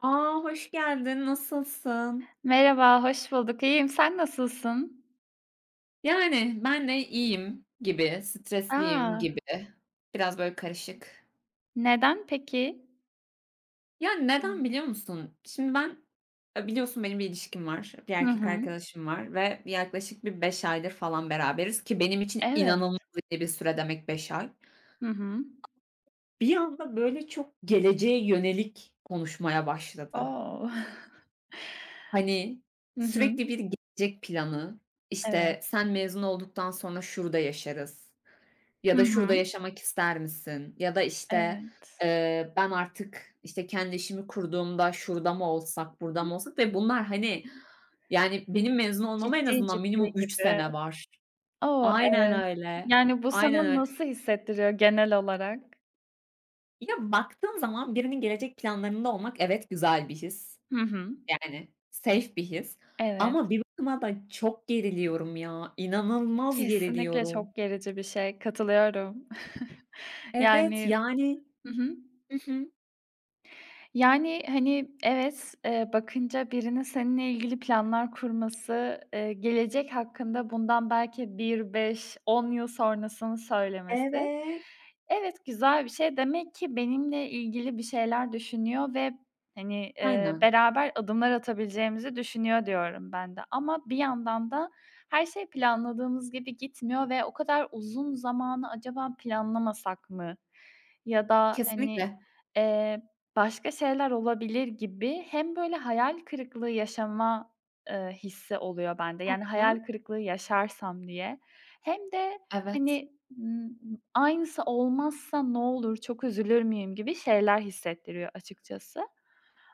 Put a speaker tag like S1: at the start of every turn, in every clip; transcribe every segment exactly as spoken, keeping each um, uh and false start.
S1: A! Hoş geldin, nasılsın?
S2: Merhaba, hoş bulduk. İyiyim, sen nasılsın?
S1: Yani, ben de iyiyim gibi, stresliyim
S2: A!
S1: gibi. Biraz böyle karışık.
S2: Neden peki?
S1: Yani, neden biliyor musun? Şimdi ben, eee, biliyorsun benim bir ilişkim var, bir
S2: Hı
S1: erkek
S2: hı.
S1: arkadaşım var ve yaklaşık bir beş aydır falan beraberiz ki benim için
S2: Evet.
S1: inanılmaz iyi bir süre demek beş ay.
S2: Hı hı.
S1: Bir anda böyle çok geleceğe yönelik konuşmaya başladı.
S2: O!
S1: Hani,
S2: Hı hı.
S1: sürekli bir gelecek planı,
S2: Evet.
S1: işte, "Sen mezun olduktan sonra şurada yaşarız." Ya
S2: Hı
S1: da
S2: hı.
S1: şurada yaşamak ister misin? Ya da, işte,
S2: Evet.
S1: eee, ben artık, işte, kendi işimi kurduğumda şurada mı olsak, burada
S2: Hı.
S1: mı olsak ve bunlar, hani, yani, benim mezun olmama en
S2: Ciddi
S1: azından
S2: ciddi
S1: minimum üç
S2: gibi.
S1: sene var.
S2: O!
S1: Aynen
S2: Evet.
S1: öyle.
S2: Yani, bu
S1: Aynen
S2: sana
S1: öyle.
S2: nasıl hissettiriyor genel olarak?
S1: Ya, baktığın zaman birinin gelecek planlarında olmak evet güzel bir his.
S2: Hı hı.
S1: Yani, safe bir his ama
S2: Evet.
S1: bir bakıma da çok geriliyorum ya. İnanılmaz
S2: Kesinlikle
S1: geriliyorum.
S2: çok gerici bir şey, katılıyorum.
S1: Evet,
S2: Yani.
S1: yani.
S2: Hı hı.
S1: Hı hı.
S2: Yani, hani, evet, eee, bakınca birinin seninle ilgili planlar kurması, eee, gelecek hakkında bundan belki bir beş on yıl sonrasını söylemesi,
S1: Evet.
S2: evet, güzel bir şey. Demek ki benimle ilgili bir şeyler düşünüyor ve, hani, eee,
S1: Aynen.
S2: beraber adımlar atabileceğimizi düşünüyor diyorum ben de. Ama bir yandan da her şey planladığımız gibi gitmiyor ve o kadar uzun zamanı acaba planlamasak mı? Ya da, hani,
S1: Kesinlikle.
S2: eee başka şeyler olabilir gibi hem böyle hayal kırıklığı yaşama, eee, hissi oluyor bende.
S1: Hı
S2: Yani
S1: hı.
S2: hayal kırıklığı yaşarsam diye hem de,
S1: Evet.
S2: hani, ımm, aynısı olmazsa ne olur, çok üzülür müyüm gibi şeyler hissettiriyor açıkçası.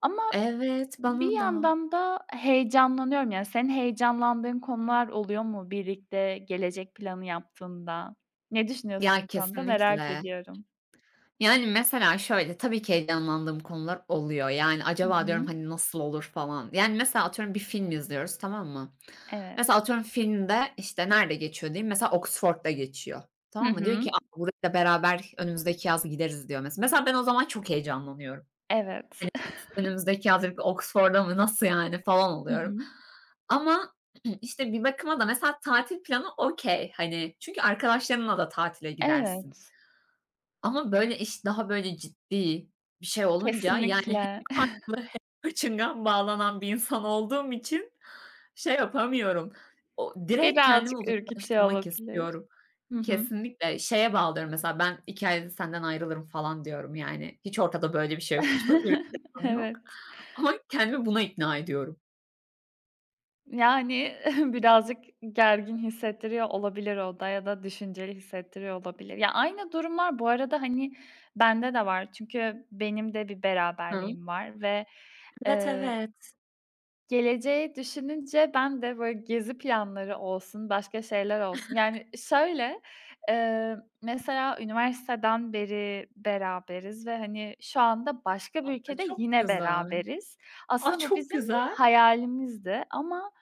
S2: Ama
S1: Evet,
S2: bir
S1: bana da.
S2: yandan da heyecanlanıyorum. Yani senin heyecanlandığın konular oluyor mu birlikte gelecek planı yaptığında? Ne düşünüyorsun
S1: Ya,
S2: bu konuda merak
S1: kesinlikle.
S2: ediyorum.
S1: Yani, mesela şöyle, tabii ki heyecanlandığım konular oluyor. Yani,
S2: Hı
S1: acaba
S2: hı.
S1: diyorum, hani, nasıl olur falan. Yani, mesela atıyorum bir film izliyoruz, tamam mı?
S2: Evet.
S1: Mesela atıyorum filmde, işte, nerede geçiyor diyeyim, mesela Oxford'da geçiyor.
S2: Hı
S1: Tamam mı? Diyor ki,
S2: hı.
S1: "A, buraya da beraber önümüzdeki yaz gideriz." diyor mesela. Mesela ben o zaman çok heyecanlanıyorum.
S2: Evet.
S1: Önümüzdeki yaz dedik Oxford'a mı, nasıl yani falan
S2: Hı
S1: oluyorum.
S2: hı.
S1: Ama işte bir bakıma da mesela tatil planı okay, hani çünkü arkadaşlarınla da tatile gidersin.
S2: Evet,
S1: Ama böyle iş daha böyle ciddi bir şey olunca yani hem
S2: kesinlikle.
S1: kaşlı hem kaçıngan bağlanan bir insan olduğum için şey yapamıyorum. O direkt kendimi
S2: Birazcık ürkütüyor
S1: uzaklaştırmak
S2: olabilir.
S1: istiyorum.
S2: Hı hı.
S1: Kesinlikle şeye bağlıyorum, mesela ben iki ayda senden ayrılırım falan diyorum yani. Hiç ortada böyle bir şey yok. Hiç böyle bir planım yok.
S2: Evet.
S1: Ama kendimi buna ikna ediyorum.
S2: Yani birazcık gergin hissettiriyor olabilir o da ya da düşünceli hissettiriyor olabilir. Ya, aynı durumlar bu arada, hani, bende de var. Çünkü benim de bir
S1: Hı.
S2: beraberliğim var ve,
S1: Evet, evet.
S2: geleceği düşününce ben de, böyle, gezi planları olsun, başka şeyler olsun. Yani, şöyle, eee, mesela üniversiteden beri beraberiz ve, hani, şu anda başka bir
S1: A,
S2: ülkede
S1: çok
S2: yine
S1: güzel.
S2: beraberiz.
S1: A,
S2: Aslında bu
S1: çok
S2: bizim bir
S1: güzel.
S2: hayalimizdi ama,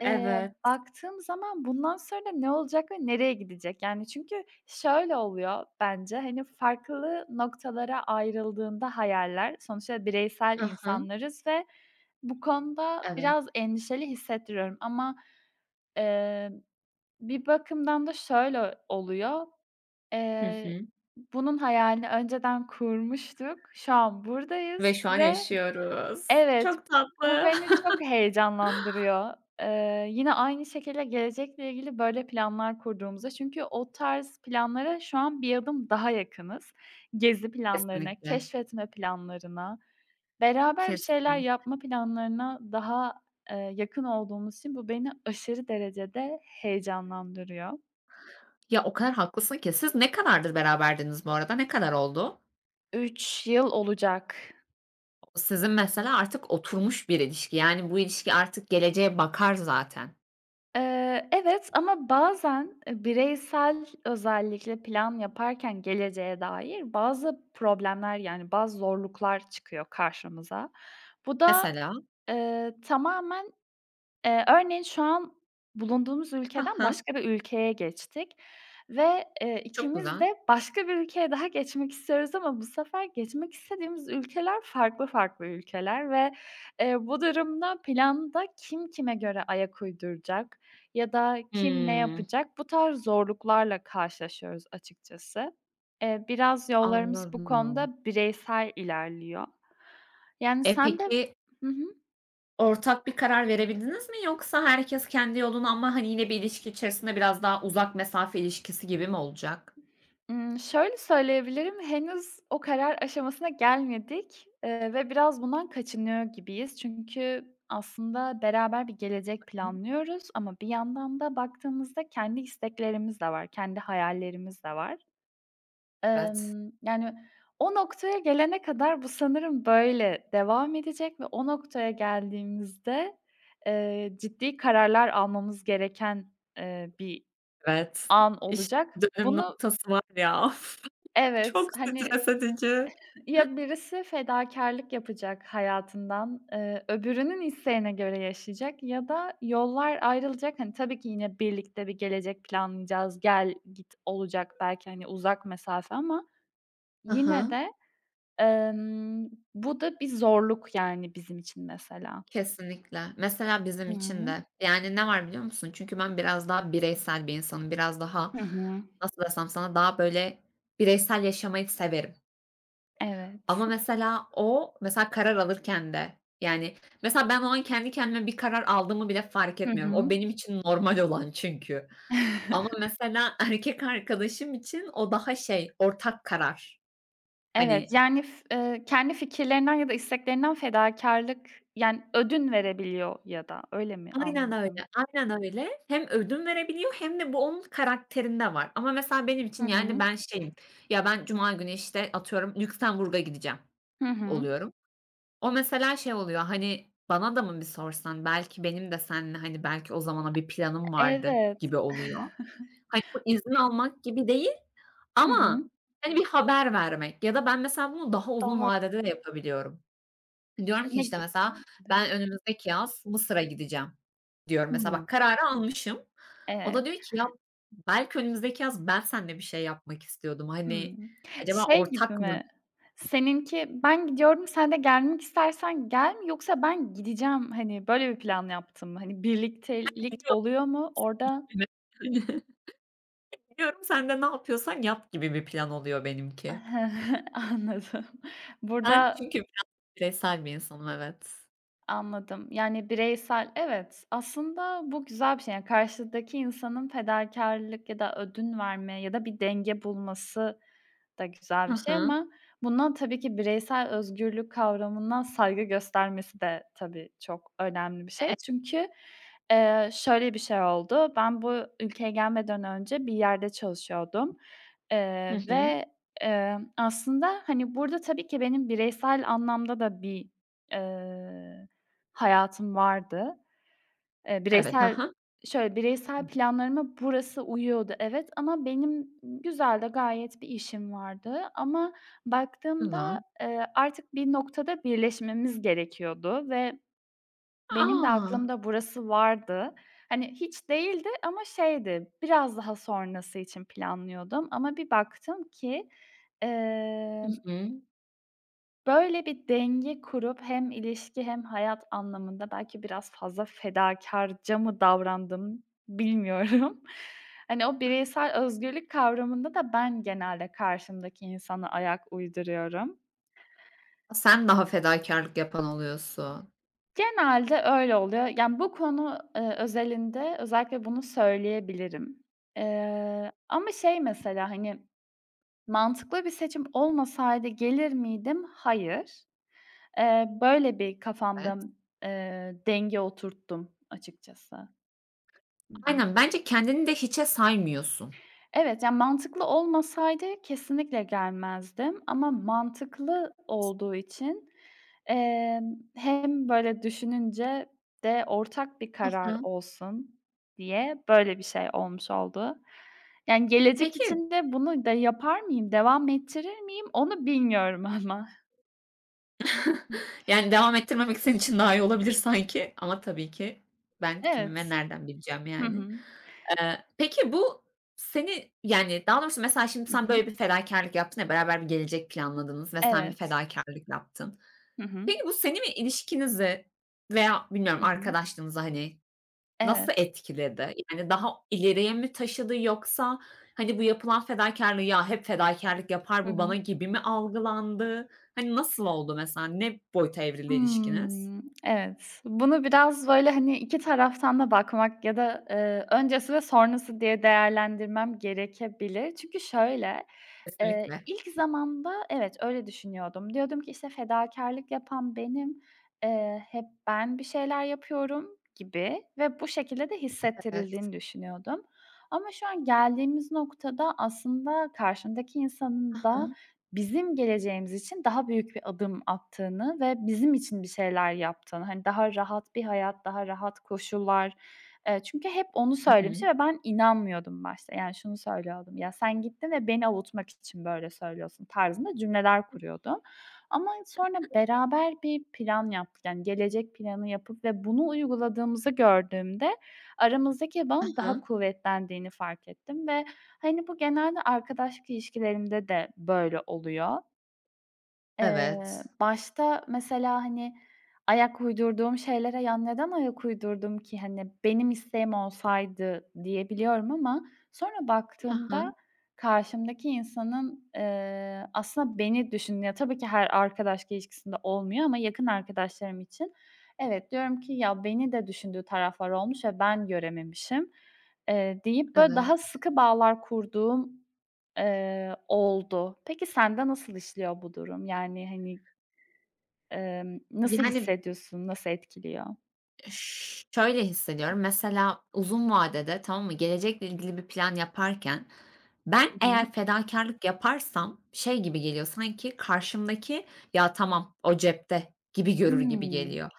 S2: eee,
S1: Evet.
S2: baktığım zaman bundan sonra ne olacak ve nereye gidecek? Yani, çünkü şöyle oluyor bence, hani, farklı noktalara ayrıldığında hayaller, sonuçta bireysel
S1: Hı hı.
S2: insanlarız ve bu konuda
S1: Evet.
S2: biraz endişeli hissettiriyorum ama, eee, bir bakımdan da şöyle oluyor:
S1: Hı
S2: Eee,
S1: hı.
S2: bunun hayalini önceden kurmuştuk, şu an buradayız
S1: Ve şu an
S2: ve
S1: yaşıyoruz.
S2: evet,
S1: Çok
S2: bu
S1: tatlı.
S2: beni çok heyecanlandırıyor. Eee, yine aynı şekilde gelecekle ilgili böyle planlar kurduğumuzda çünkü o tarz planlara şu an bir adım daha yakınız. Gezi planlarına,
S1: Kesinlikle.
S2: keşfetme planlarına. Beraber bir şeyler
S1: Kesin.
S2: yapma planlarına daha, eee, yakın olduğumuz için bu beni aşırı derecede heyecanlandırıyor.
S1: Ya, o kadar haklısın ki. Siz ne kadardır beraberdiniz bu arada? Ne kadar oldu?
S2: üç yıl olacak.
S1: Sizin mesela artık oturmuş bir ilişki. Yani bu ilişki artık geleceğe bakar zaten.
S2: Eee, evet ama bazen, eee, bireysel özellikle plan yaparken geleceğe dair bazı problemler, yani, bazı zorluklar çıkıyor karşımıza. Bu da,
S1: Mesela.
S2: eee, tamamen. Eee, örneğin şu an bulunduğumuz
S1: Hı
S2: ülkeden
S1: hı.
S2: başka bir ülkeye geçtik ve, eee,
S1: Çok
S2: ikimiz
S1: güzel.
S2: de başka bir ülkeye daha geçmek istiyoruz ama bu sefer geçmek istediğimiz ülkeler farklı farklı ülkeler ve, eee, bu durumda planda kim kime göre ayak uyduracak ya da kim ne
S1: Hımm,
S2: yapacak, bu tarz zorluklarla karşılaşıyoruz açıkçası. Eee, biraz yollarımız bu
S1: anladım.
S2: konuda bireysel ilerliyor. Yani
S1: E,
S2: sen de.
S1: peki.
S2: Hı hı.
S1: Ortak bir karar verebildiniz mi, yoksa herkes kendi yoluna ama, hani, yine bir ilişki içerisinde biraz daha uzak mesafe ilişkisi gibi mi olacak?
S2: Imm, şöyle söyleyebilirim, henüz o karar aşamasına gelmedik, eee, ve biraz bundan kaçınıyor gibiyiz. Çünkü aslında beraber bir gelecek planlıyoruz ama bir yandan da baktığımızda kendi isteklerimiz de var, kendi hayallerimiz de var.
S1: Evet,
S2: Emm, yani, o noktaya gelene kadar bu sanırım böyle devam edecek ve o noktaya geldiğimizde, eee, ciddi kararlar almamız gereken, eee, bir
S1: evet.
S2: an
S1: İşte,
S2: olacak.
S1: bu dönüm
S2: Bunu.
S1: noktası var ya, of!
S2: Evet,
S1: Çok
S2: hani.
S1: stres edici.
S2: Ya, birisi fedakarlık yapacak hayatından, eee, öbürünün isteğine göre yaşayacak ya da yollar ayrılacak. Hani, tabii ki yine birlikte bir gelecek planlayacağız, gel git olacak belki, hani, uzak mesafe ama
S1: Hı
S2: yine
S1: hı,
S2: de, emm, bu da bir zorluk, yani, bizim için mesela.
S1: kesinlikle. Mesela bizim için
S2: Hımm.
S1: de. Yani, ne var biliyor musun? Çünkü ben biraz daha bireysel bir insanım. Biraz daha,
S2: Hı hı. Hı.
S1: nasıl desem sana, daha böyle bireysel yaşamayı severim.
S2: Evet.
S1: Ama mesela o, mesela karar alırken de, yani, mesela ben o an kendi kendime bir karar aldığımı bile fark
S2: Hı
S1: etmiyorum.
S2: hı.
S1: O benim için normal olan çünkü. Ama mesela erkek arkadaşım için o daha şey, ortak karar.
S2: Evet,
S1: Hani.
S2: yani, f eee, kendi fikirlerinden ya da isteklerinden fedakarlık yani, ödün verebiliyor ya da öyle mi
S1: Aynen
S2: anladım?
S1: öyle, aynen öyle. Hem ödün verebiliyor hem de bu onun karakterinde var. Ama mesela benim
S2: Hı
S1: için,
S2: hı.
S1: yani, ben şeyim, ya, ben cuma günü, işte, atıyorum Lüksemburg'a gideceğim
S2: Hı hı.
S1: oluyorum. O mesela şey oluyor, hani, bana da mı bir sorsan, belki benim de seninle, hani, belki o zamana bir planım vardı
S2: Evet.
S1: gibi oluyor. Hani, bu izin almak gibi değil
S2: Hı
S1: ama,
S2: hı.
S1: hani, bir haber vermek ya da ben mesela bunu daha uzun
S2: Doğru.
S1: vadede de yapabiliyorum. Diyorum ki,
S2: Ne
S1: işte,
S2: gibi?
S1: mesela ben önümüzdeki yaz Mısır'a gideceğim diyorum. Mesela
S2: Hımm.
S1: bak kararı almışım. O da
S2: Evet.
S1: diyor ki ya belki önümüzdeki yaz ben seninle bir şey yapmak istiyordum. Hani,
S2: Hımm.
S1: acaba
S2: Şey gibi
S1: ortak mı?
S2: mi? Seninki ben gidiyorum, sen de gelmek istersen gel mi yoksa ben gideceğim, hani, böyle bir plan yaptın mı? Hani, birliktelik oluyor mu orada?
S1: Diyorum sen de ne yapıyorsan yap gibi bir plan oluyor benimki.
S2: Anladım.
S1: Ben
S2: Burada.
S1: çünkü biraz bireysel bir insanım, evet.
S2: Anladım. Yani bireysel. Evet, aslında bu güzel bir şey. Yani karşıdaki insanın fedakarlık ya da ödün verme ya da bir denge bulması da güzel
S1: Hı
S2: bir şey
S1: hı.
S2: ama bundan tabii ki bireysel özgürlük kavramından saygı göstermesi de tabii çok önemli bir şey.
S1: E.
S2: Çünkü, eee, şöyle bir şey oldu. Ben bu ülkeye gelmeden önce bir yerde çalışıyordum,
S1: Hı
S2: eee,
S1: hı.
S2: ve, emm, aslında, hani, burada tabii ki benim bireysel anlamda da bir, eee hayatım vardı. Eee,
S1: Evet, hı
S2: bireysel
S1: hı.
S2: şöyle, bireysel planlarıma burası uyuyordu, evet ama benim güzel de gayet bir işim vardı ama
S1: Güzel.
S2: baktığımda, eee, artık bir noktada birleşmemiz gerekiyordu ve benim de
S1: A!
S2: aklımda burası vardı. Hani, hiç değildi ama şeydi, biraz daha sonrası için planlıyordum ama bir baktım ki,
S1: Hı
S2: emm
S1: hı.
S2: böyle bir denge kurup hem ilişki hem hayat anlamında belki biraz fazla fedakârca mı davrandım bilmiyorum. Hani, o bireysel özgürlük kavramında da ben genelde karşımdaki insana ayak uyduruyorum.
S1: Sen daha fedakârlık yapan oluyorsun.
S2: Genelde öyle oluyor. Yani, bu konu, eee, özelinde özellikle bunu söyleyebilirim. Eee, ama şey mesela, hani, mantıklı bir seçim olmasaydı gelir miydim? Hayır. Eee, böyle bir kafamda,
S1: Evet.
S2: eee, denge oturttum açıkçası. Hı hı.
S1: Aynen, bence kendini de hiçe saymıyorsun.
S2: Evet, yani mantıklı olmasaydı kesinlikle gelmezdim ama mantıklı olduğu için, emm, hem böyle düşününce de ortak bir
S1: Hı
S2: karar
S1: hı.
S2: olsun diye böyle bir şey olmuş oldu. Yani, gelecek
S1: Peki,
S2: için de bunu da yapar mıyım, devam ettirir miyim onu bilmiyorum ama.
S1: yani devam ettirmemek senin için daha iyi olabilir sanki, ama tabii ki ben kimim ve
S2: Evet.
S1: nereden bileceğim
S2: Hı
S1: yani.
S2: hı.
S1: Eee, peki bu seni, yani, daha doğrusu mesela şimdi
S2: Hı
S1: sen
S2: hı.
S1: böyle bir fedakârlık yaptın ya, beraber bir gelecek planladınız ve sen bir
S2: Evet.
S1: fedakârlık yaptın.
S2: Hı hı.
S1: Peki bu seni mi, ilişkinizi veya bilmiyorum
S2: Hı hı.
S1: arkadaşlığınızı, hani, nasıl
S2: Evet.
S1: etkiledi? Yani, daha ileriye mi taşıdı, yoksa, hani, bu yapılan fedakârlığı, "Ya, hep fedakârlık yapar
S2: Hı
S1: bu bana."
S2: hı.
S1: gibi mi algılandı? Hani, nasıl oldu mesela? Ne boyuta evrildi ilişkiniz?
S2: Hımm, evet. Bunu biraz, böyle, hani, iki taraftan da bakmak ya da, eee, öncesi ve sonrası diye değerlendirmem gerekebilir. Çünkü şöyle, eee,
S1: Kesinlikle.
S2: ilk zamanda evet, öyle düşünüyordum. Diyordum ki, işte, fedakârlık yapan benim, eee, hep ben bir şeyler yapıyorum gibi ve bu şekilde de
S1: Evet.
S2: hissettirildiğini düşünüyordum. Ama şu an geldiğimiz noktada aslında karşımdaki
S1: Hı
S2: insanın da
S1: hı.
S2: bizim geleceğimiz için daha büyük bir adım attığını ve bizim için bir şeyler yaptığını, hani, daha rahat bir hayat, daha rahat koşullar, eee, çünkü hep onu
S1: Hı hı.
S2: söylemişti ve ben inanmıyordum başta. Yani, şunu söylüyordum, "Ya, sen gittin ve beni avutmak için böyle söylüyorsun." tarzında cümleler kuruyordum. Ama sonra beraber bir plan yaptık, yani, gelecek planı yapıp ve bunu uyguladığımızı gördüğümde aramızdaki
S1: Hı
S2: bağın daha
S1: hı.
S2: kuvvetlendiğini fark ettim ve, hani, bu genelde arkadaşlık ilişkilerimde de böyle oluyor. Eee,
S1: Evet.
S2: başta mesela, hani, ayak uydurduğum şeylere "Ya, neden ayak uydurdum ki? Hani, benim isteğim olsaydı." diyebiliyorum ama sonra
S1: Hı hı.
S2: baktığımda karşımdaki insanın, eee, aslında beni düşündüğü. Ya, tabii ki her arkadaşlık ilişkisinde olmuyor ama yakın arkadaşlarım için evet, diyorum ki "Ya, beni de düşündüğü taraflar olmuş ve ben görememişim." eee, deyip böyle
S1: Evet.
S2: daha sıkı bağlar kurduğum Eee, oldu. Peki sende nasıl işliyor bu durum? Yani, hani, emm, nasıl
S1: Yani,
S2: hissediyorsun? Nasıl etkiliyor?
S1: ş- şöyle hissediyorum, mesela uzun vadede, tamam mı, gelecekle ilgili bir plan yaparken ben
S2: Hı hı.
S1: eğer fedakarlık yaparsam şey gibi geliyor, sanki karşımdaki, "Ya, tamam, o cepte." gibi görür gibi
S2: Hımm.
S1: geliyor.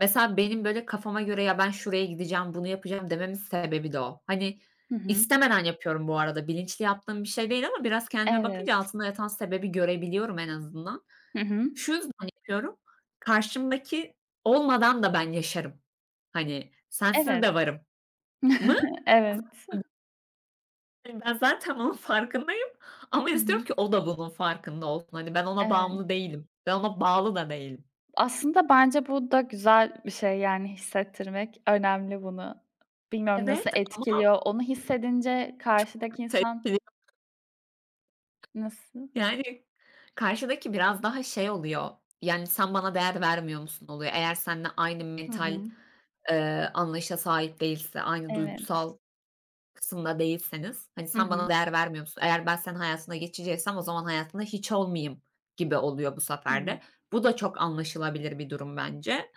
S1: Mesela benim böyle kafama göre, "Ya, ben şuraya gideceğim, bunu yapacağım." dememin sebebi de o. Hani,
S2: Hı hı.
S1: istemeden yapıyorum bu arada, bilinçli yaptığım bir şey değil, ama biraz kendime bakınca
S2: Evet.
S1: altında yatan sebebi görebiliyorum en azından.
S2: Hı hı.
S1: Şu yüzden yapıyorum, karşımdaki olmadan da ben yaşarım. Hani, "Sensiz
S2: Evet.
S1: de varım." mı?
S2: Evet.
S1: Hani, ben zaten onun farkındayım ama
S2: Hı hı.
S1: istiyorum ki o da bunun farkında olsun. Hani, ben ona
S2: Evet.
S1: bağımlı değilim. Ben ona bağlı da değilim.
S2: Aslında bence bu da güzel bir şey, yani, hissettirmek önemli bunu. Bilmiyorum nasıl
S1: Evet ama
S2: etkiliyor? Onu hissedince karşıdaki insan.
S1: tepkili.
S2: Nasıl?
S1: Yani, karşıdaki biraz daha şey oluyor, yani, "Sen bana değer vermiyor musun?" oluyor. Eğer seninle aynı
S2: Hı
S1: mental,
S2: hı.
S1: eee, anlayışa sahip değilse, aynı
S2: Evet.
S1: duygusal kısmında değilseniz, hani,
S2: Hı
S1: "Sen
S2: hı.
S1: bana değer vermiyor musun? Eğer ben senin hayatına geçiciysem o zaman hayatında hiç olmayayım." gibi oluyor bu sefer
S2: Hımm.
S1: de. Bu da çok anlaşılabilir bir durum bence.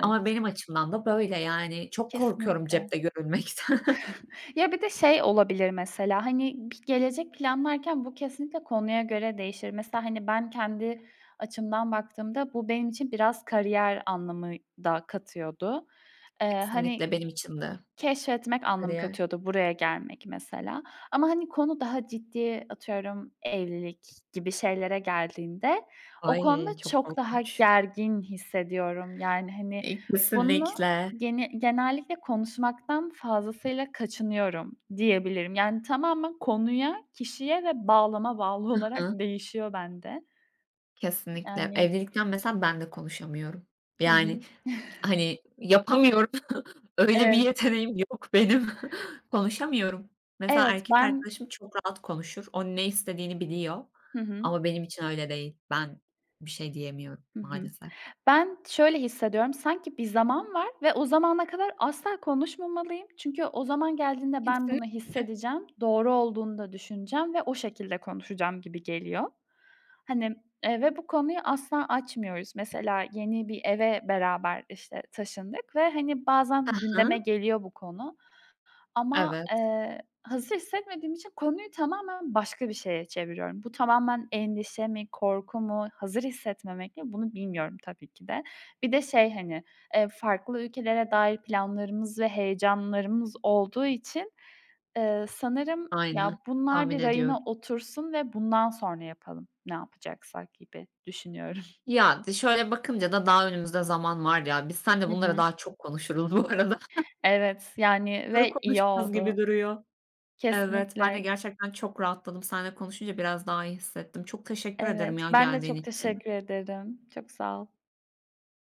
S1: Ama benim açımdan da böyle, yani. Çok korkuyorum
S2: kesinlikle.
S1: cepte görülmekten.
S2: Ya, bir de şey olabilir mesela, hani, bir gelecek planlarken bu kesinlikle konuya göre değişir. Mesela, hani, ben kendi açımdan baktığımda bu benim için biraz kariyer anlamı da katıyordu. Eee, hani,
S1: Kesinlikle benim için de
S2: keşfetmek anlamı
S1: kariyer.
S2: katıyordu buraya gelmek mesela ama, hani, konu daha ciddi atıyorum evlilik gibi şeylere geldiğinde o konuda
S1: Ay, çok
S2: çok daha
S1: korkunç.
S2: gergin hissediyorum. Yani, hani,
S1: Eee,
S2: bunu
S1: kesinlikle.
S2: gene genellikle konuşmaktan fazlasıyla kaçınıyorum diyebilirim. Yani, tamamen konuya, kişiye ve bağlama bağlı
S1: Hı
S2: olarak
S1: hı.
S2: değişiyor bende.
S1: Kesinlikle.
S2: Yani.
S1: Evlilikten mesela ben de konuşamıyorum.
S2: Hı hı.
S1: Yani. Hani, yapamıyorum. Öyle bir
S2: Evet,
S1: yeteneğim yok benim. Konuşamıyorum. Mesela
S2: evet
S1: erkek
S2: ben.
S1: arkadaşım çok rahat konuşur. O ne istediğini biliyor
S2: Hı hı.
S1: ama benim için öyle değil. Ben bir şey diyemiyorum
S2: Hı hı.
S1: maalesef.
S2: Ben şöyle hissediyorum, sanki bir zaman var ve o zamana kadar asla konuşmamalıyım. Çünkü o zaman geldiğinde ben bunu
S1: Kesinlikle.
S2: hissedeceğim, doğru olduğunu da düşüneceğim ve o şekilde konuşacağım gibi geliyor. Hani, eee, ve bu konuyu asla açmıyoruz. Mesela yeni bir eve beraber, işte, taşındık ve, hani,
S1: Hı
S2: bazen gündeme
S1: hı.
S2: geliyor bu konu ama,
S1: Evet,
S2: eee, hazır hissetmediğim için konuyu tamamen başka bir şeye çeviriyorum. Bu tamamen endişe mi, korku mu, hazır hissetmemek mi bunu bilmiyorum tabii ki de. Bir de şey, hani, eee, farklı ülkelere dair planlarımız ve heyecanlarımız olduğu için, eee, sanırım
S1: aynen.
S2: ya bunlar
S1: Tahmin
S2: bir
S1: ediyorum.
S2: rayına otursun ve bundan sonra yapalım ne yapacaksak gibi düşünüyorum.
S1: Ya, d şöyle bakınca da daha önümüzde zaman var ya. Biz seninle
S2: Hı
S1: bunlara
S2: hı.
S1: daha çok konuşuruz bu arada.
S2: Evet, yani
S1: Bunları
S2: ve iyi
S1: konuşacağız gibi
S2: oldu.
S1: duruyor. Evet, ben de
S2: Kesinlikle.
S1: gerçekten çok rahatladım. Seninle konuşunca biraz daha iyi hissettim. Çok teşekkür ederim
S2: Evet,
S1: ya
S2: ben de
S1: geldiğin
S2: çok
S1: için.
S2: teşekkür ederim. Çok sağ ol.